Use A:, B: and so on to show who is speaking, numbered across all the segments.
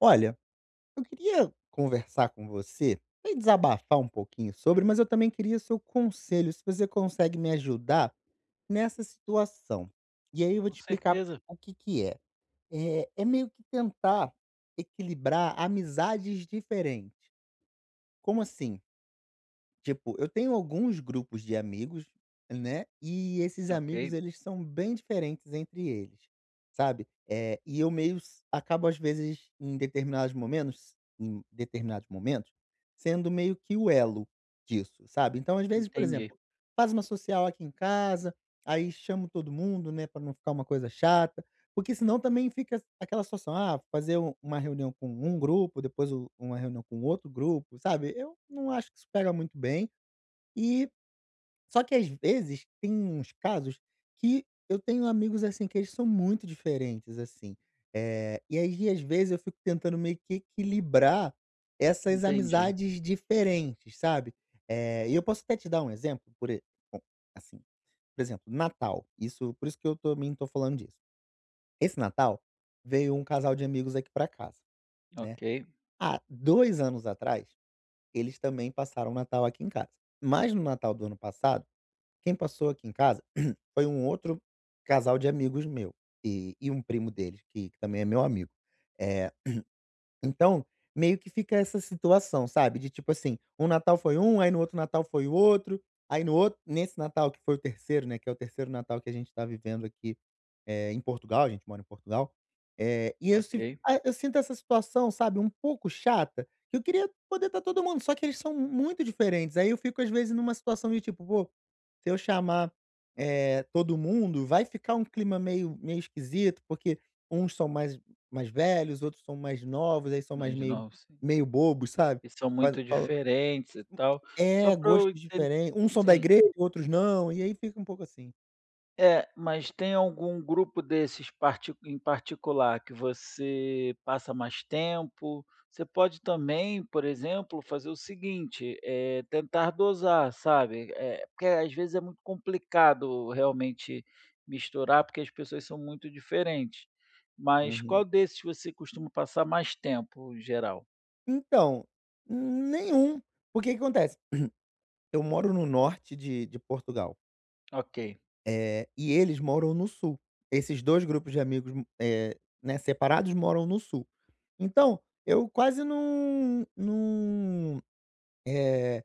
A: Olha, eu queria conversar com você e desabafar um pouquinho sobre, mas eu também queria seu conselho, se você consegue me ajudar nessa situação. E aí eu vou
B: Com
A: te explicar
B: certeza.
A: o que que é. É meio que tentar equilibrar amizades diferentes. Como assim? Tipo, eu tenho alguns grupos de amigos, né, e esses
B: Ok,
A: amigos eles são bem diferentes entre eles, sabe. E eu meio s acabo às vezes em determinados momentos, sendo meio que o elo disso, sabe. Então às vezes, por
B: entendi,
A: exemplo, faz uma social aqui em casa, aí chamo todo mundo, né, pra não ficar uma coisa chata, porque senão também fica aquela situação, ah, fazer uma reunião com um grupo, depois o uma reunião com outro grupo, sabe. Eu não acho que isso pega muito bem e só que às vezes tem uns casos que eu tenho amigos, assim, que eles são muito diferentes, assim. E aí às vezes eu fico tentando meio que equilibrar essas
B: entendi.
A: amizades diferentes, sabe. E eu posso até te dar um exemplo, por e bom, assim, por exemplo, Natal, por isso que eu também tô falando disso. Esse Natal, veio um casal de amigos aqui pra casa, né.
B: Ok,
A: Há 2 anos atrás, eles também passaram o Natal aqui em casa. Mas no Natal do ano passado, quem passou aqui em casa foi um outro casal de amigos meu, e um primo deles, que também é meu amigo. Eh então, meio que fica essa situação, sabe, de tipo assim, um Natal foi um, aí no outro Natal foi o outro, aí no outro nesse Natal que foi o terceiro, né, que é o terceiro Natal que a gente tá vivendo aqui, em Portugal, a gente mora em Portugal, e eu se
B: ok.
A: ah, eu sinto essa situação, sabe, um pouco chata, que eu queria poder estar todo mundo, só que eles são muito diferentes, aí eu fico às vezes numa situação de tipo: "Pô, se eu chamar, todo mundo, vai ficar um clima meio esquisito, porque uns são mais velhos, outros são mais novos, aí são mais
B: Imaginava sim.
A: meio bobos, sabe.
B: E são
A: Faz
B: muito
A: fala
B: diferentes e tal. Só
A: É,
B: para eu
A: gostos
B: enten
A: diferentes, uns são da
B: Sim.
A: igreja, outros não, e aí fica um pouco assim.
B: É, mas tem algum grupo desses parti em particular que você passa mais tempo? Você pode também, por exemplo, fazer o seguinte, tentar dosar, sabe? Eh, porque às vezes é muito complicado realmente misturar, porque as pessoas são muito diferentes. Mas qual
A: Uhum.
B: desses você costuma passar mais tempo, em geral?
A: Então, nenhum, porque que acontece, eu moro no norte de Portugal,
B: Ok,
A: e eles moram no sul. Esses 2 grupos de amigos, né, separados moram no sul. Então, eu quase não, eh,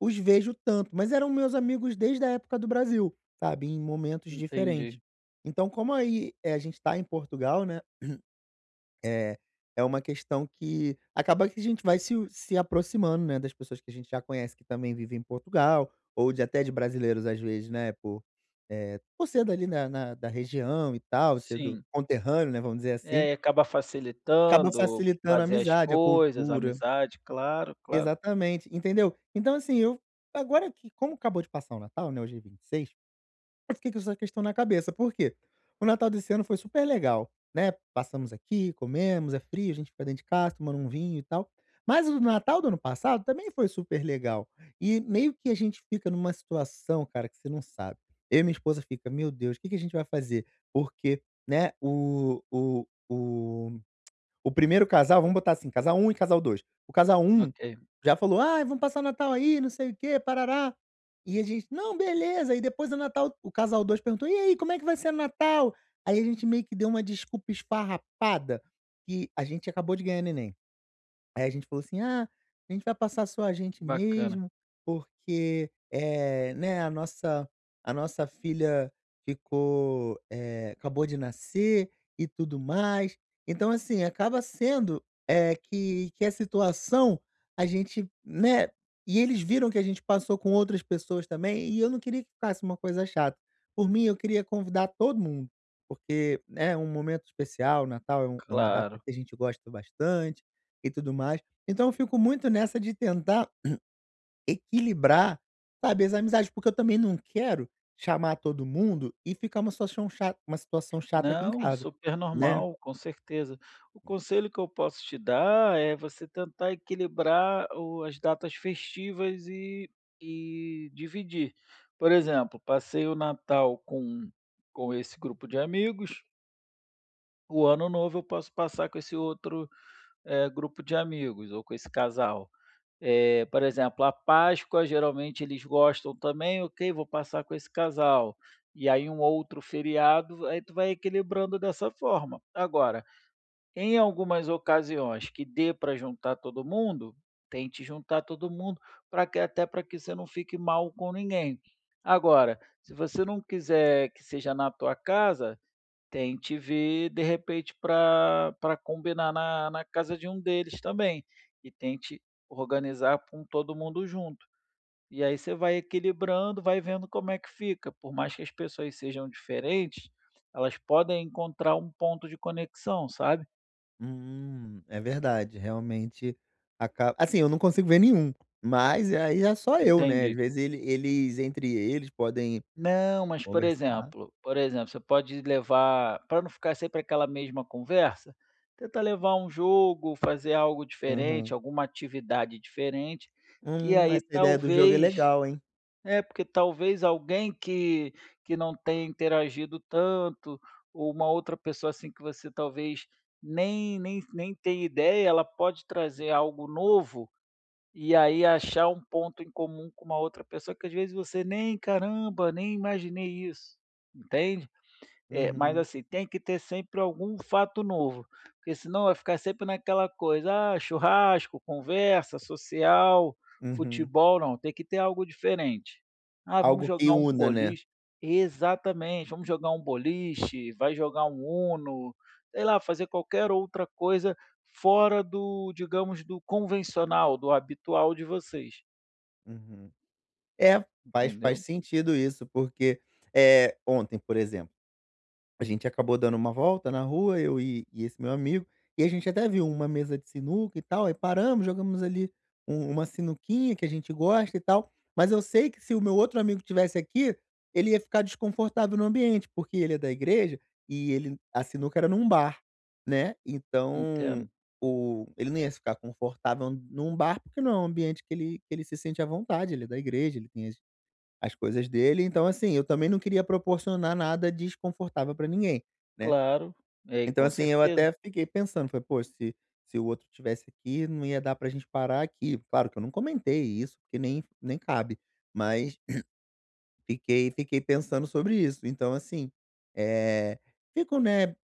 A: os vejo tanto, mas eram meus amigos desde a época do Brasil, sabe, em momentos diferentes.
B: entendi.
A: Então a gente está em Portugal, né, é é uma questão que acaba que a gente vai se aproximando, né, das pessoas que a gente já conhece que também vivem em Portugal, ou de até de brasileiros às vezes, né, por, por ser dali na da região e tal, ser do
B: Sim,
A: conterrâneo, né, vamos dizer assim,
B: é, acaba
A: acaba
B: facilitando
A: facilitando a
B: fazer as
A: amizade, a
B: coisas,
A: cultura.
B: amizade, claro, claro.
A: Exatamente, entendeu? Então, assim, eu agora que como acabou de passar o Natal, né, hoje é 26, eu fiquei com essa questão na cabeça, por quê? O Natal desse ano foi super legal, né, passamos aqui, comemos, é frio, a gente fica dentro de casa tomando um vinho e tal, mas o Natal do ano passado também foi super legal, e meio que a gente fica numa situação, cara, que você não sabe. Eu e minha esposa fica: "Meu Deus, o que que a gente vai fazer?" Porque, né, o primeiro casal, vamos botar assim, casal um e casal 2. O casal um
B: Ok,
A: já falou: "Ah, vamos passar o Natal aí, não sei o quê, parará". E a gente: "Não, beleza". E depois do Natal, o casal 2 perguntou: "E aí, como é que vai ser o Natal?". Aí a gente meio que deu uma desculpa esfarrapada, que a gente acabou de ganhar neném. Aí a gente falou assim: "Ah, a gente vai passar só a
B: que
A: gente
B: bacana.
A: mesmo, porque, né, a nossa filha ficou, acabou de nascer e tudo mais". Então, assim, acaba sendo, é que a situação a gente, né, e eles viram que a gente passou com outras pessoas também, e eu não queria que ficasse uma coisa chata. Por mim, eu queria convidar todo mundo, porque né, é um momento especial, Natal é é uma data
B: Claro.
A: que a gente gosta bastante e tudo mais. Então eu fico muito nessa de tentar equilibrar, sabe, as amizades, porque eu também não quero chamar todo mundo e ficar uma situação chata aqui em
B: Não,
A: casa,
B: super
A: né.
B: normal, com certeza. O conselho que eu posso te dar é você tentar equilibrar as datas festivas e dividir. Por exemplo, passei o Natal com esse grupo de amigos, o Ano Novo eu posso passar com esse outro grupo de amigos ou com esse casal. Eh, por exemplo, a Páscoa geralmente eles gostam também, ok, vou passar com esse casal. E aí um outro feriado, aí tu vai equilibrando dessa forma. Agora, em algumas ocasiões que dê para juntar todo mundo, tente juntar todo mundo para que até para que você não fique mal com ninguém. Agora, se você não quiser que seja na tua casa, tente ver, de repente, para combinar na casa de um deles também, e tente organizar com todo mundo junto. E aí você vai equilibrando, vai vendo como é que fica. Por mais que as pessoas sejam diferentes, elas podem encontrar um ponto de conexão, sabe.
A: É verdade, realmente acaba. Assim, eu não consigo ver nenhum, mas é, aí é só eu, né, às
B: Entende
A: vezes eles entre eles podem
B: Não, mas,
A: conversar.
B: por exemplo, você pode levar para não ficar sempre aquela mesma conversa, tenta levar um jogo, fazer algo diferente,
A: Aham.
B: alguma atividade diferente, que aí
A: Essa ideia do jogo é
B: talvez
A: legal, hein.
B: é, porque talvez alguém que não tenha interagido tanto, ou uma outra pessoa, assim, que você talvez nem tem ideia, ela pode trazer algo novo e aí achar um ponto em comum com uma outra pessoa que às vezes você nem: "Caramba, nem imaginei isso", entende? É, mas
A: Uhum,
B: assim, tem que ter sempre algum fato novo, porque senão vai ficar sempre naquela coisa: "Ah, churrasco, conversa social,
A: uhum.
B: futebol". Não, tem que ter algo diferente. "Ah, vamos
A: Algo que
B: jogar um
A: una, né.
B: boliche." Exatamente, "vamos jogar um boliche, vai jogar um Uno", sei lá, fazer qualquer outra coisa fora do, digamos, do convencional, do habitual de vocês,
A: Uhum. É, faz
B: entendeu?
A: sentido isso, porque, é ontem, por exemplo, a gente acabou dando uma volta na rua, eu e esse meu amigo, e a gente até viu uma mesa de sinuca e tal, aí paramos, jogamos ali uma sinuquinha que a gente gosta e tal, mas eu sei que se o meu outro amigo tivesse aqui, ele ia ficar desconfortável no ambiente, porque ele é da igreja e ele a sinuca era num bar, né, então
B: Entendo,
A: o ele não ia ficar confortável num bar, porque não é um ambiente que ele se sente à vontade, ele é da igreja, ele tem as coisas dele, então assim, eu também não queria proporcionar nada desconfortável pra ninguém, né.
B: claro, é,
A: Então
B: com
A: assim, eu
B: certeza.
A: até fiquei pensando, foi, "Pô, se o outro tivesse aqui, não ia dar pra gente parar aqui". Claro que eu não comentei isso, porque nem cabe, mas fiquei pensando sobre isso. Então assim, eh, fico, né,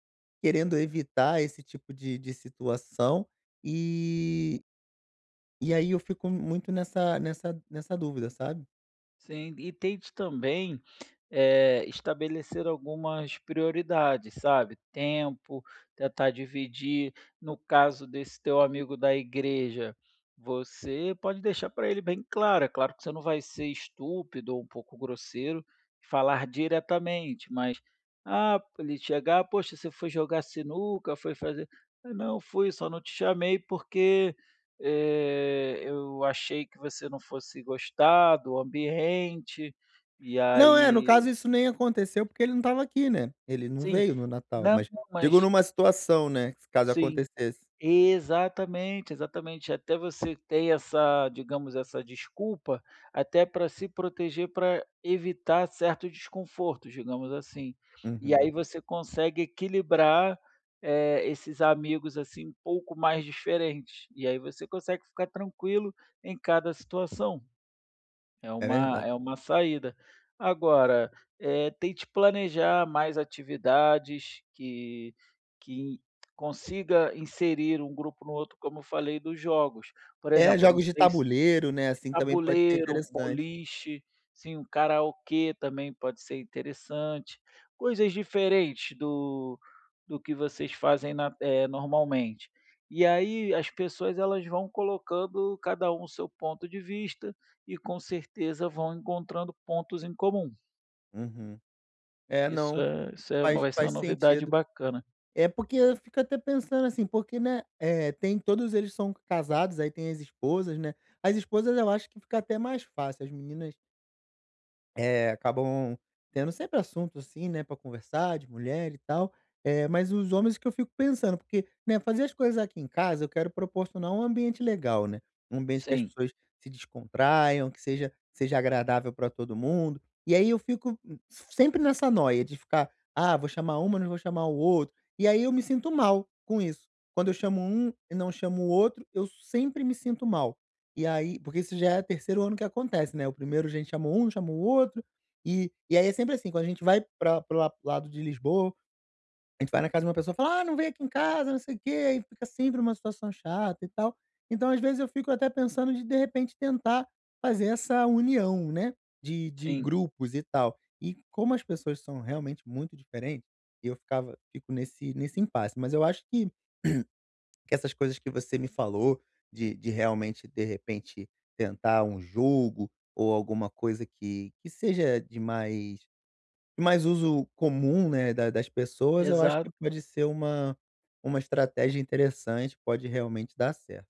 A: querendo evitar esse tipo de situação, e e aí eu fico muito nessa dúvida, sabe?
B: Sim, e tem isso também. Eh, estabelecer algumas prioridades, sabe, tempo, tentar dividir. No caso desse teu amigo da igreja, você pode deixar para ele bem claro, é claro que você não vai ser estúpido ou um pouco grosseiro, falar diretamente, mas, ah, ele chegar: "Poxa, você foi jogar sinuca, foi fazer." "Ah, não, fui, só não te chamei porque, eu achei que você não fosse gostar do ambiente, e
A: Não, é, no caso
B: aí."
A: isso nem aconteceu, porque ele não estava aqui, né, ele não
B: Sim.
A: veio no Natal,
B: Não,
A: mas
B: não,
A: digo
B: mas
A: numa situação, né, caso
B: sim,
A: acontecesse.
B: exatamente, exatamente. Até você ter essa, digamos, essa desculpa, até para se proteger, para evitar certo desconforto, digamos assim. E
A: Uhum,
B: aí você consegue equilibrar, esses amigos, assim, um pouco mais diferentes. E aí você consegue ficar tranquilo em cada situação.
A: é verdade.
B: É uma saída. Agora, tente planejar mais atividades que consiga inserir um grupo no outro, como eu falei dos jogos. Por
A: É,
B: exemplo, eu não
A: jogos de
B: sei se.
A: tabuleiro, né, assim, também pode ser
B: Tabuleiro, um
A: interessante.
B: boliche, sim, um karaokê também pode ser interessante. Coisas diferentes do do que vocês fazem na normalmente. E aí as pessoas elas vão colocando cada um o seu ponto de vista e com certeza vão encontrando pontos em comum.
A: Uhum. É, não,
B: Isso é uma vai ser uma
A: faz
B: novidade
A: sentido.
B: bacana.
A: É porque eu fico até pensando assim, porque, né, tem todos eles são casados, aí tem as esposas, né. As esposas eu acho que fica até mais fácil, as meninas acabam tendo sempre assunto, assim, né, pra conversar, de mulher e tal. Mas os homens que eu fico pensando, porque, né, fazer as coisas aqui em casa, eu quero proporcionar um ambiente legal, né, um ambiente que as
B: Sim,
A: pessoas se descontraiam, que seja agradável pra todo mundo. E aí eu fico sempre nessa noia de ficar: "Ah, vou chamar uma, não vou chamar o outro". E aí eu me sinto mal com isso. Quando eu chamo um e não chamo o outro, eu sempre me sinto mal. E aí porque isso já é terceiro ano que acontece, né, o primeiro a gente chamou um, chamou o outro, e aí é sempre assim, quando a gente vai pra para o la lado de Lisboa, a gente vai na casa de uma pessoa e fala: "Ah, não vem aqui em casa, não sei o quê", aí fica sempre uma situação chata e tal. Então às vezes eu fico até pensando de repente tentar fazer essa união, né, de
B: sim,
A: grupos e tal. E como as pessoas são realmente muito diferentes, eu ficava fico nesse nesse impasse, mas eu acho que essas coisas que você me falou, de realmente, de repente, tentar um jogo ou alguma coisa que seja de mais uso comum, né, das pessoas, eu acho que
B: exato.
A: pode ser uma estratégia interessante, pode realmente dar certo.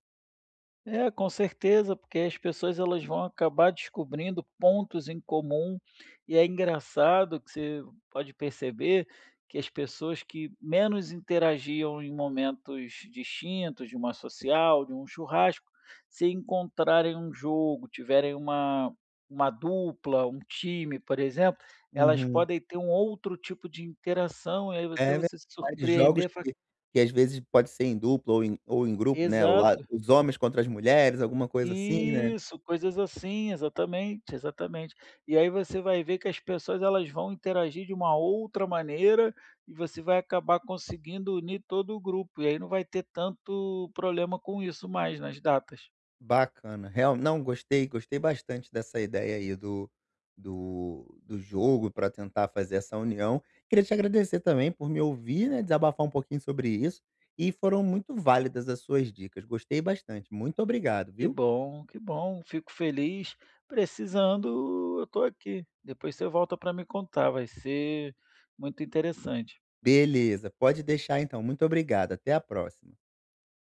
B: É, com certeza, porque as pessoas elas vão acabar descobrindo pontos em comum, e é engraçado que você pode perceber que as pessoas que menos interagiam em momentos distintos, de uma social, de um churrasco, se encontrarem um jogo, tiverem uma dupla, um time, por exemplo, elas
A: Uhum.
B: podem ter um outro tipo de interação, e aí até
A: É
B: você se
A: verdade, jogos
B: surpreender, fala,
A: que às vezes pode ser em dupla ou em grupo, né?
B: exato.
A: Os homens contra as mulheres, alguma coisa assim, né?
B: Isso, coisas assim, exatamente, exatamente. E aí você vai ver que as pessoas elas vão interagir de uma outra maneira e você vai acabar conseguindo unir todo o grupo, e aí não vai ter tanto problema com isso mais nas datas.
A: Bacana. Real Não, gostei, gostei bastante dessa ideia aí do do jogo para tentar fazer essa união. Queria te agradecer também por me ouvir, né, desabafar um pouquinho sobre isso, e foram muito válidas as suas dicas, gostei bastante. Muito obrigado, viu.
B: Que bom, fico feliz. Precisando, eu estou aqui. Depois você volta para me contar, vai ser muito interessante.
A: Beleza, pode deixar então, muito obrigado, até a próxima.